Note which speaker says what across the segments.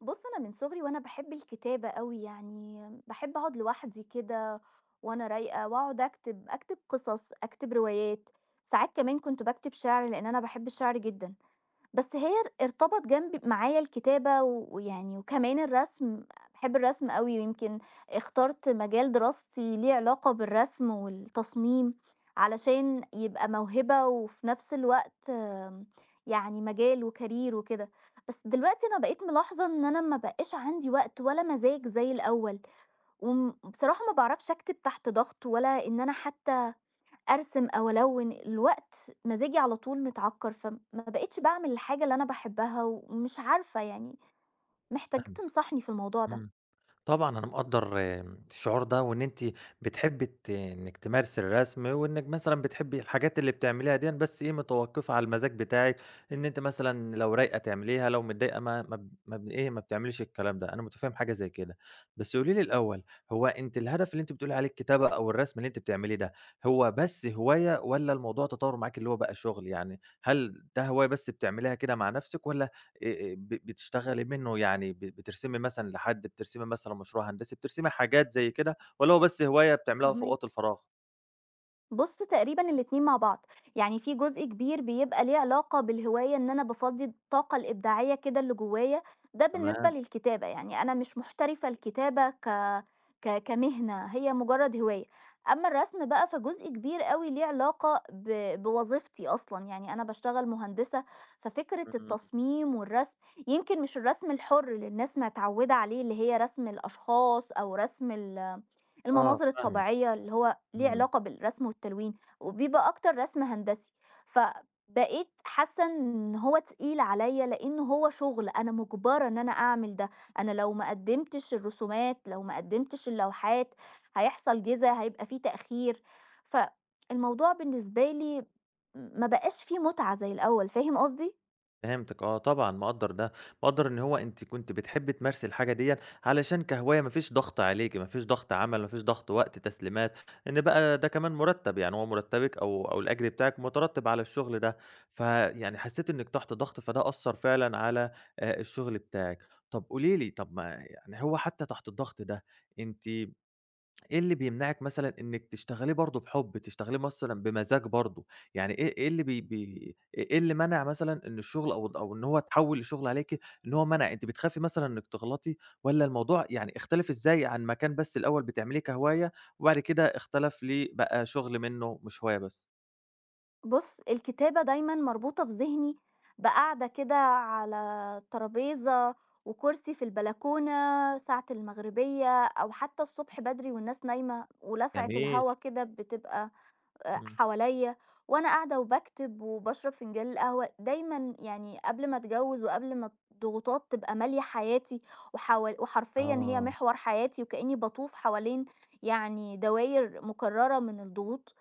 Speaker 1: بُص، أنا من صغري وأنا باحب الكتابة أوي، يعني باحب أقعد لوحدي كده وأنا رايقة وأقعد أكتب، أكتب قصص، أكتب روايات، ساعات كمان كنت باكتب شعر لإن أنا باحب الشعر جدًا. بس هي ارتبط جنب معايا الكتابة ويعني وكمان الرسم، باحب الرسم أوي ويمكن اخترت مجال دراستي ليه علاقة بالرسم والتصميم، علشان يبقى موهبة وفي نفس الوقت يعني مجال وcareer وكده. بس دلوقتي أنا بقيت ملاحظة إن أنا ما بقاش عندي وقت ولا مزاج زي الأول، وم بصراحة ما باعرفش أكتب تحت ضغط ولا إن أنا حتى أرسم أو ألوِّن، الوقت مزاجي على طول متعكّر، فما بقيتش باعمل الحاجة اللي أنا باحبها ومش عارفة يعني، محتاج
Speaker 2: فاهمِك.
Speaker 1: تنصحني في الموضوع ده.
Speaker 2: إمم، طبعًا أنا مقدّر الشعور ده، وإن أنتِ بتحبي إنِّك تمارسي الرسم، وإنِّك مثلًا بتحبي الحاجات اللي بتعمليها ديًّا، بس إيه متوقّفة على المزاج بتاعِك، إن أنتِ مثلًا لو رايقة تعمليها، لو متضايقة ما ما ب ما ب إيه ما بتعمليش الكلام ده، أنا متفهم حاجة زي كده، بس قولي لي الأول، هو أنتِ الهدف اللي أنتِ بتقولي عليه الكتابة أو الرسم اللي أنتِ بتعمليه ده، هو بس هواية والّا الموضوع تطوّر معاكِ اللي هو بقى شغل؟ يعني هل ده هواية بس بتعمليها كده مع نفسِك والّا ب بتشتغلي منّه يعني بترسمي مثلًا لحد، بترسمي مثلًا مشروع هندسي، بترسمي حاجات زي كده والّا هو بس هواية بتعمليها في أوقات
Speaker 1: فاهماك.
Speaker 2: الفراغ؟
Speaker 1: بُص، تقريبًا الاتنين مع بعض، يعني في جزء كبير بيبقى ليه علاقة بالهواية إن أنا بافضّي الطاقة الإبداعية كده اللي جوايا، ده بالنسبة
Speaker 2: تمام.
Speaker 1: للكتابة، يعني أنا مش محترفة الكتابة ك ك كمهنة، هي مجرد هواية. أمّا الرسم بقى فجزء كبير أوي ليه علاقة بوظيفتي أصلًا، يعني أنا باشتغل مهندسة، ففكرة
Speaker 2: إمم،
Speaker 1: التصميم والرسم يمكن مش الرسم الحُر اللي الناس متعوّدة عليه، اللي هي رسم الأشخاص أو رسم ال
Speaker 2: آه
Speaker 1: المناظر
Speaker 2: فاهمِك.
Speaker 1: الطبيعية اللي هو ليه
Speaker 2: إمم.
Speaker 1: علاقة بالرسم والتلوين، وبيبقى أكتر رسم هندسي، فبقيت حاسة إن هو تقيل عليَّ لإنه هو شغل أنا مُجبرة إن أنا أعمل ده، أنا لو ما قدّمتش الرسومات، لو ما قدّمتش اللوحات، هيحصل جِزا، هيبقى في تأخير، فالموضوع بالنسبة لي ما بقاش فيه متعة زي الأول، فاهم قصدي؟
Speaker 2: فهمتِك آه، طبعًا مقدّر ده، مقدّر إن هو أنتِ كنتِ بتحبّي تمارسي الحاجة ديًّا علشان كهواية ما فيش ضغط عليكِ، ما فيش ضغط عمل، ما فيش ضغط وقت تسليمات، إن بقى ده كمان مُرتّب، يعني هو مُرتّبِك أو الأجر بتاعِك مُترتّب على الشغل ده، فيعني حسّيتِ إنِّك تحت ضغط، فده أثّر فعلًا على الشغل بتاعِك. طَب قولي لي، طَب ما يعني هو حتى تحت الضغط ده، أنتِ إيه اللي بيمنعِك مثلًا إنِّك تشتغليه برضه بحُب، تشتغليه مثلًا بمزاج برضه، يعني إيه اللي بي بي إيه اللي مَنَع مثلًا إن الشغل أو إن هو اتحوّل لشغل عليكِ، إن هو مَنَع، أنتِ بتخافي مثلًا إنِّك تغلطي والّا الموضوع يعني اختلف إزاي عن ما كان بس الأول بتعمليه كهواية وبعد كده اختلف ليه بقى شغل منّه مش هواية بس؟
Speaker 1: بُص، الكتابة دايمًا مربوطة في ذهني بقعدة كده على ترابيزة وكرسي في البلكونة ساعة المغربية أو حتى الصبح بدري والناس نايمة، ولسعة
Speaker 2: جميل.
Speaker 1: الهوا كده بتبقى
Speaker 2: إمم،
Speaker 1: حواليّا، وأنا قاعدة وباكتب وباشرب فنجان القهوة، دايمًا يعني قبل ما أتجوّز وقبل ما الضغوطات تبقى مالية حياتي وحاول، وحرفيًا هي
Speaker 2: آه،
Speaker 1: محور حياتي، وكإني باطوف حوالين يعني دواير مكررة من الضغوط،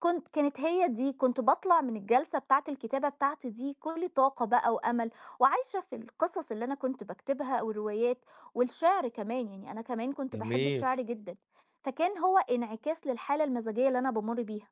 Speaker 1: كانت هي دي، كنت باطلع من الجلسة بتاعة الكتابة بتاعتي دي كُلّي طاقة بقى وأمل، وعايشة في القصص اللي أنا كنت باكتبها والروايات والشعر كمان، يعني أنا كمان كنت باحب
Speaker 2: جميل،
Speaker 1: الشعر جدًا، فكان هو انعكاس للحالة المزاجية اللي أنا بامُر بيها.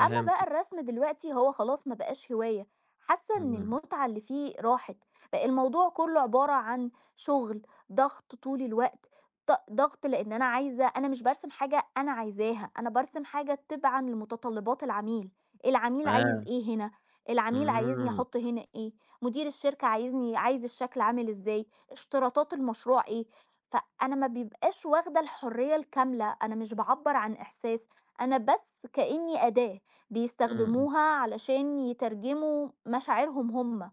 Speaker 1: أما بقى الرسم دلوقتي، هو خلاص ما بقاش هواية، حاسة إن
Speaker 2: إمم،
Speaker 1: المتعة اللي فيه راحت، بقى الموضوع كله عبارة عن شغل، ضغط طول الوقت، ضغط لأن أنا عايزة، أنا مش برسم حاجة أنا عايزاها، أنا برسم حاجة تبعا لمتطلبات العميل. العميل عايز
Speaker 2: تمام،
Speaker 1: إيه هنا، العميل عايزني
Speaker 2: إمم،
Speaker 1: احط هنا ايه، مدير الشركة عايزني، عايز الشكل عامل ازاي، اشتراطات المشروع ايه، فانا ما بيبقاش واخدة الحرية الكاملة، انا مش بعبر عن احساس، انا بس كأني أداة
Speaker 2: إمم، إمم،
Speaker 1: بيستخدموها علشان يترجموا مشاعرهم هم،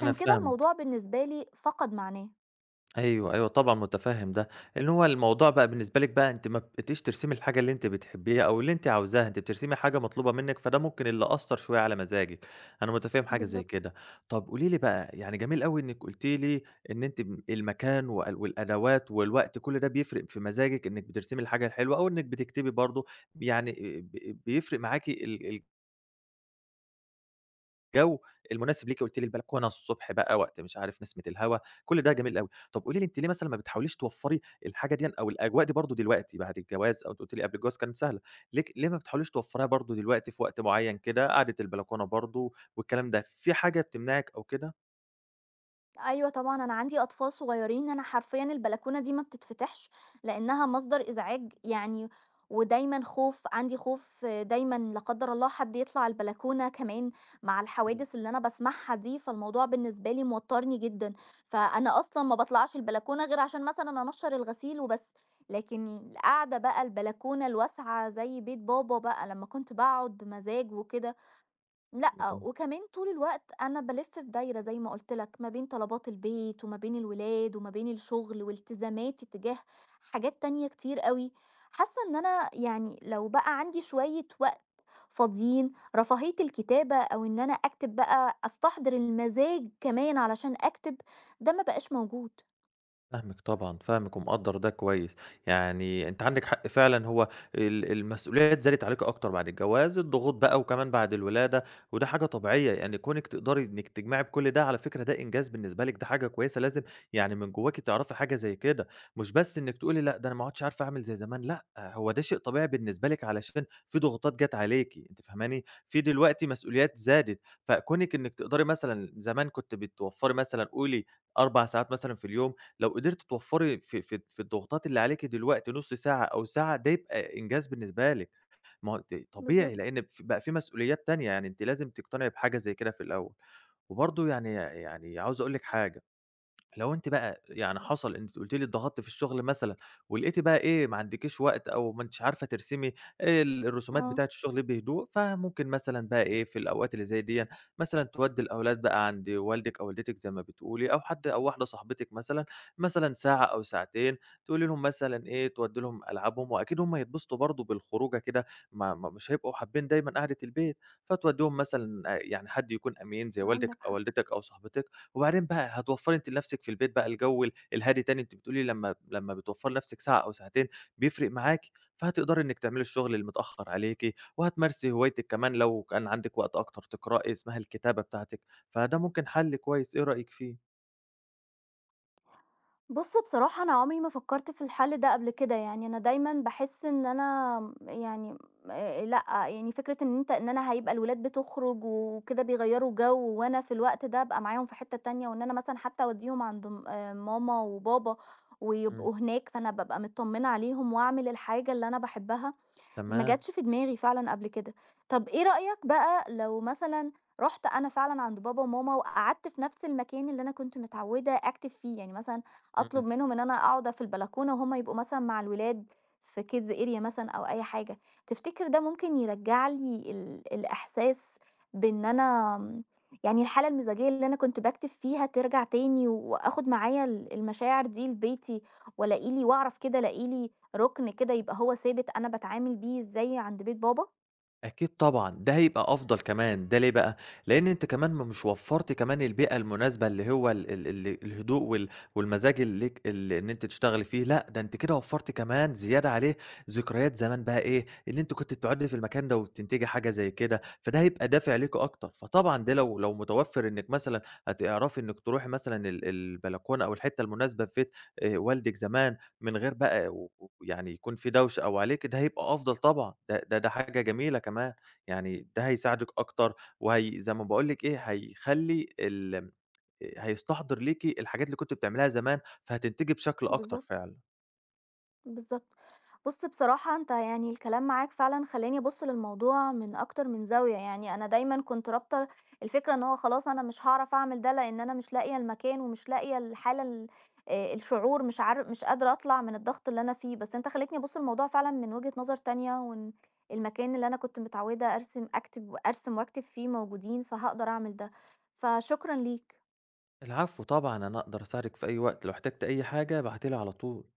Speaker 2: أنا
Speaker 1: كده
Speaker 2: فاهمِك.
Speaker 1: الموضوع بالنسبة لي فقد معناه.
Speaker 2: أيوه، أيوه طبعًا مُتفهِّم ده، إن هو الموضوع بقى بالنسبة لِك بقى أنتِ ما بقيتيش ترسمي الحاجة اللي أنتِ بتحبيها أو اللي أنتِ عاوزاها، أنتِ بترسمي حاجة مطلوبة منِّك، فده ممكن اللي أثّر شوية على مزاجِك، أنا مُتفهِّم حاجة زي
Speaker 1: بالضبط.
Speaker 2: كده. طَب قولي لي بقى، يعني جميل أوي إنِّك قُلتِ لي إن أنتِ المكان وال والأدوات والوقت كل ده بيفرق في مزاجِك إنِّك بترسمي الحاجة الحلوة أو إنِّك بتكتبي برضه، يعني ب بيفرق معاكِ ال ال الجو المناسب ليكِ قُلتِ لي البلكونة الصبح بقى وقت مش عارف نسمة الهوا، كل ده جميل أوي. طَب قولي لي أنتِ ليه مثلًا ما بتحاوليش توفّري الحاجة ديًّا أو الأجواء دي برضه دلوقتي بعد الجواز أو أنتِ قُلتِ لي قبل الجواز كانت سهلة، ليه ما بتحاوليش توفّريها برضه دلوقتي في وقت معيّن كده، قعدة البلكونة برضه والكلام ده، في حاجة بتمنعِك أو كده؟
Speaker 1: أيوه طبعًا، أنا عندي أطفال صغيّرين، أنا حرفيًا البلكونة دي ما بتتفتحش، لإنها مصدر إزعاج يعني، ودايمًا خوف، عندي خوف دايمًا لا قدّر الله حد يطلع البلكونة، كمان مع الحوادث اللي أنا باسمعها دي، فالموضوع بالنسبة لي موتّرني جدًا، فأنا أصلًا ما باطلعش البلكونة غير عشان مثلًا أنشّر الغسيل وبس، لكن القعدة بقى، البلكونة الواسعة زي بيت بابا بقى لمّا كنت باقعد بمزاج وكده، لأ، وكمان طول الوقت أنا بالِف في دايرة زي ما قُلت لك، ما بين طلبات البيت وما بين الولاد وما بين الشغل والتزاماتي تجاه حاجات تانية كتير أوي، حاسة إن أنا يعني لو بقى عندي شوية وقت فاضيين، رفاهية الكتابة أو إن أنا أكتب بقى أستحضر المزاج كمان علشان أكتب، ده ما بقاش موجود.
Speaker 2: فاهمِك طبعًا، فاهمِك ومقدّر ده كويس، يعني أنتِ عندِك حق فعلًا هو المسؤوليات زادت عليكِ أكتر بعد الجواز، الضغوط بقى وكمان بعد الولادة، وده حاجة طبيعية، يعني كونِك تقدري إنِّك تجمعي بكل ده على فكرة ده إنجاز بالنسبة لِك، ده حاجة كويسة لازم يعني من جواكِ تعرفي حاجة زي كده، مش بس إنِّك تقولي لأ ده أنا ما عُدتش عارفة أعمل زي زمان، لأ هو ده شيء طبيعي بالنسبة لِك علشان في ضغوطات جات عليكِ، أنتِ فاهماني؟ في دلوقتي مسؤوليات زادت، فكونِك إنِّك تقدري مثلًا زمان كنتِ بتوفّري مثلًا قولي 4 ساعات مثلًا في اليوم، لو قدرتِ توفّري في الضغوطات اللي عليكِ دلوقتي نُص ساعة أو ساعة، ده يبقى إنجاز بالنسبة لِك، ما هو طبيعي
Speaker 1: بالضبط،
Speaker 2: لإن بقى في مسؤوليات تانية، يعني أنتِ لازم تقتنعي بحاجة زي كده في الأول. وبرضه يعني عاوز أقول لِك حاجة لو أنتِ بقى يعني حصل أنتِ قُلتِ لي اتضغطتِ في الشغل مثلًا، ولقيتِ بقى إيه ما عندكيش وقت أو ما أنتيش عارفة ترسمي الرسومات
Speaker 1: آه،
Speaker 2: بتاعة الشغل بهدوء، فممكن مثلًا بقى إيه في الأوقات اللي زي ديًا مثلًا تودّي الأولاد بقى عند والدِك أو والدتِك زي ما بتقولي، أو حد أو واحدة صاحبتِك مثلًا، مثلًا ساعة أو ساعتين تقولي لهم مثلًا إيه تودّي لهم ألعابهم، وأكيد هم هيتبسطوا برضه بالخروجة كده ما ما مش هيبقوا حابين دايمًا قعدة البيت، فتودّيهم مثلًا يعني حد يكون أمين زي
Speaker 1: عندك
Speaker 2: والدِك أو
Speaker 1: حق.
Speaker 2: والدتِك أو صاحبتِك. وبعدين بقى هتوفّري أنتِ لنفسِك في البيت بقى الجو الهادي تاني، أنتِ بتقولي لمّا بتوفّري لنفسِك ساعة أو ساعتين بيفرق معاكِ، فهتقدري إنِّك تعملي الشغل المتأخّر عليكِ، وهتمارسي هوايتِك كمان لو كان عندِك وقت أكتر تقرأي، اسمها الكتابة بتاعتِك، فده ممكن حَل كويس، إيه رأيِك فيه؟
Speaker 1: بُص بصراحة، أنا عمري ما فكّرت في الحل ده قبل كده، يعني أنا دايمًا باحس إن أنا يعني لأ، يعني فكرة إن أنت، إن أنا هيبقى الولاد بتخرج وكده بيغيّروا جو وأنا في الوقت ده أبقى معاهم في حتّة تانية، وإن أنا مثلًا حتى أودّيهم عند م ماما وبابا
Speaker 2: إمم.
Speaker 1: ويبقوا هناك، فأنا بابقى متطمّنة عليهم وأعمل الحاجة اللي أنا باحبها، ما
Speaker 2: تمام،
Speaker 1: جاتش في دماغي فعلًا قبل كده. طب إيه رأيك بقى لو مثلًا رُحت أنا فعلًا عند بابا وماما وقعدت في نفس المكان اللي أنا كنت متعودة أكتب فيه؟ يعني مثلًا
Speaker 2: إمم.
Speaker 1: أطلب منهم إن أنا أقعد في البلكونة وهُم يبقوا مثلًا مع الولاد في kids area مثلًا أو أي حاجة، تفتكر ده ممكن يرجّع لي الإحساس بإن أنا يعني الحالة المزاجية اللي أنا كنت باكتب فيها ترجع تاني، وآخد معايا المشاعر دي لبيتي، وألاقي لي، وأعرف كده ألاقي لي رُكن كده يبقى هو ثابت أنا باتعامل بيه إزاي عند بيت بابا؟
Speaker 2: أكيد طبعًا، ده هيبقى أفضل كمان، ده ليه بقى؟ لإن أنت كمان ما مش وفّرت كمان البيئة المناسبة اللي هو ال ال ال الهدوء وال والمزاج اللي ليك إن أنتِ تشتغلي فيه، لأ ده أنتِ كده وفّرتِ كمان زيادة عليه ذكريات زمان بقى إيه، اللي أنتِ كنتِ بتقعدي في المكان ده وبتنتجي حاجة زي كده، فده هيبقى دافع ليكِ أكتر، فطبعًا ده لو متوفّر إنِّك مثلًا هتعرفي إنِّك تروحي مثلًا البلكونة أو الحتة المناسبة في بيت والدِك زمان من غير بقى و ويعني يكون في دوشة أو عليكِ، ده هيبقى أفضل طبعًا، ده حاجة جميلة كمان، يعني ده هيساعدِك أكتر، وهي زي ما باقول لِك إيه، هيخلّي ال هيستحضر ليكِ الحاجات اللي كنتِ بتعمليها زمان، فهتنتجي بشكل أكتر
Speaker 1: بالضبط،
Speaker 2: فعلًا.
Speaker 1: بالضبط. بُص بصراحة، أنت يعني الكلام معاك فعلًا خلّاني أبُص للموضوع من أكتر من زاوية، يعني أنا دايمًا كنت رابطة الفكرة إن هو خلاص أنا مش هاعرف أعمل ده لإن أنا مش لاقية المكان، ومش لاقية الحالة ال الشعور، مش قادرة أطلع من الضغط اللي أنا فيه، بس أنت خلّيتني أبُص للموضوع فعلًا من وجهة نظر تانية، وإن المكان اللي أنا كنت متعودة أرسم وأكتب فيه موجودين، فهاقدر أعمل ده، فشكرًا ليك.
Speaker 2: العفو طبعًا، أنا أقدر أساعدِك في أي وقت، لو احتجتِ أي حاجة ابعتي لي على طول.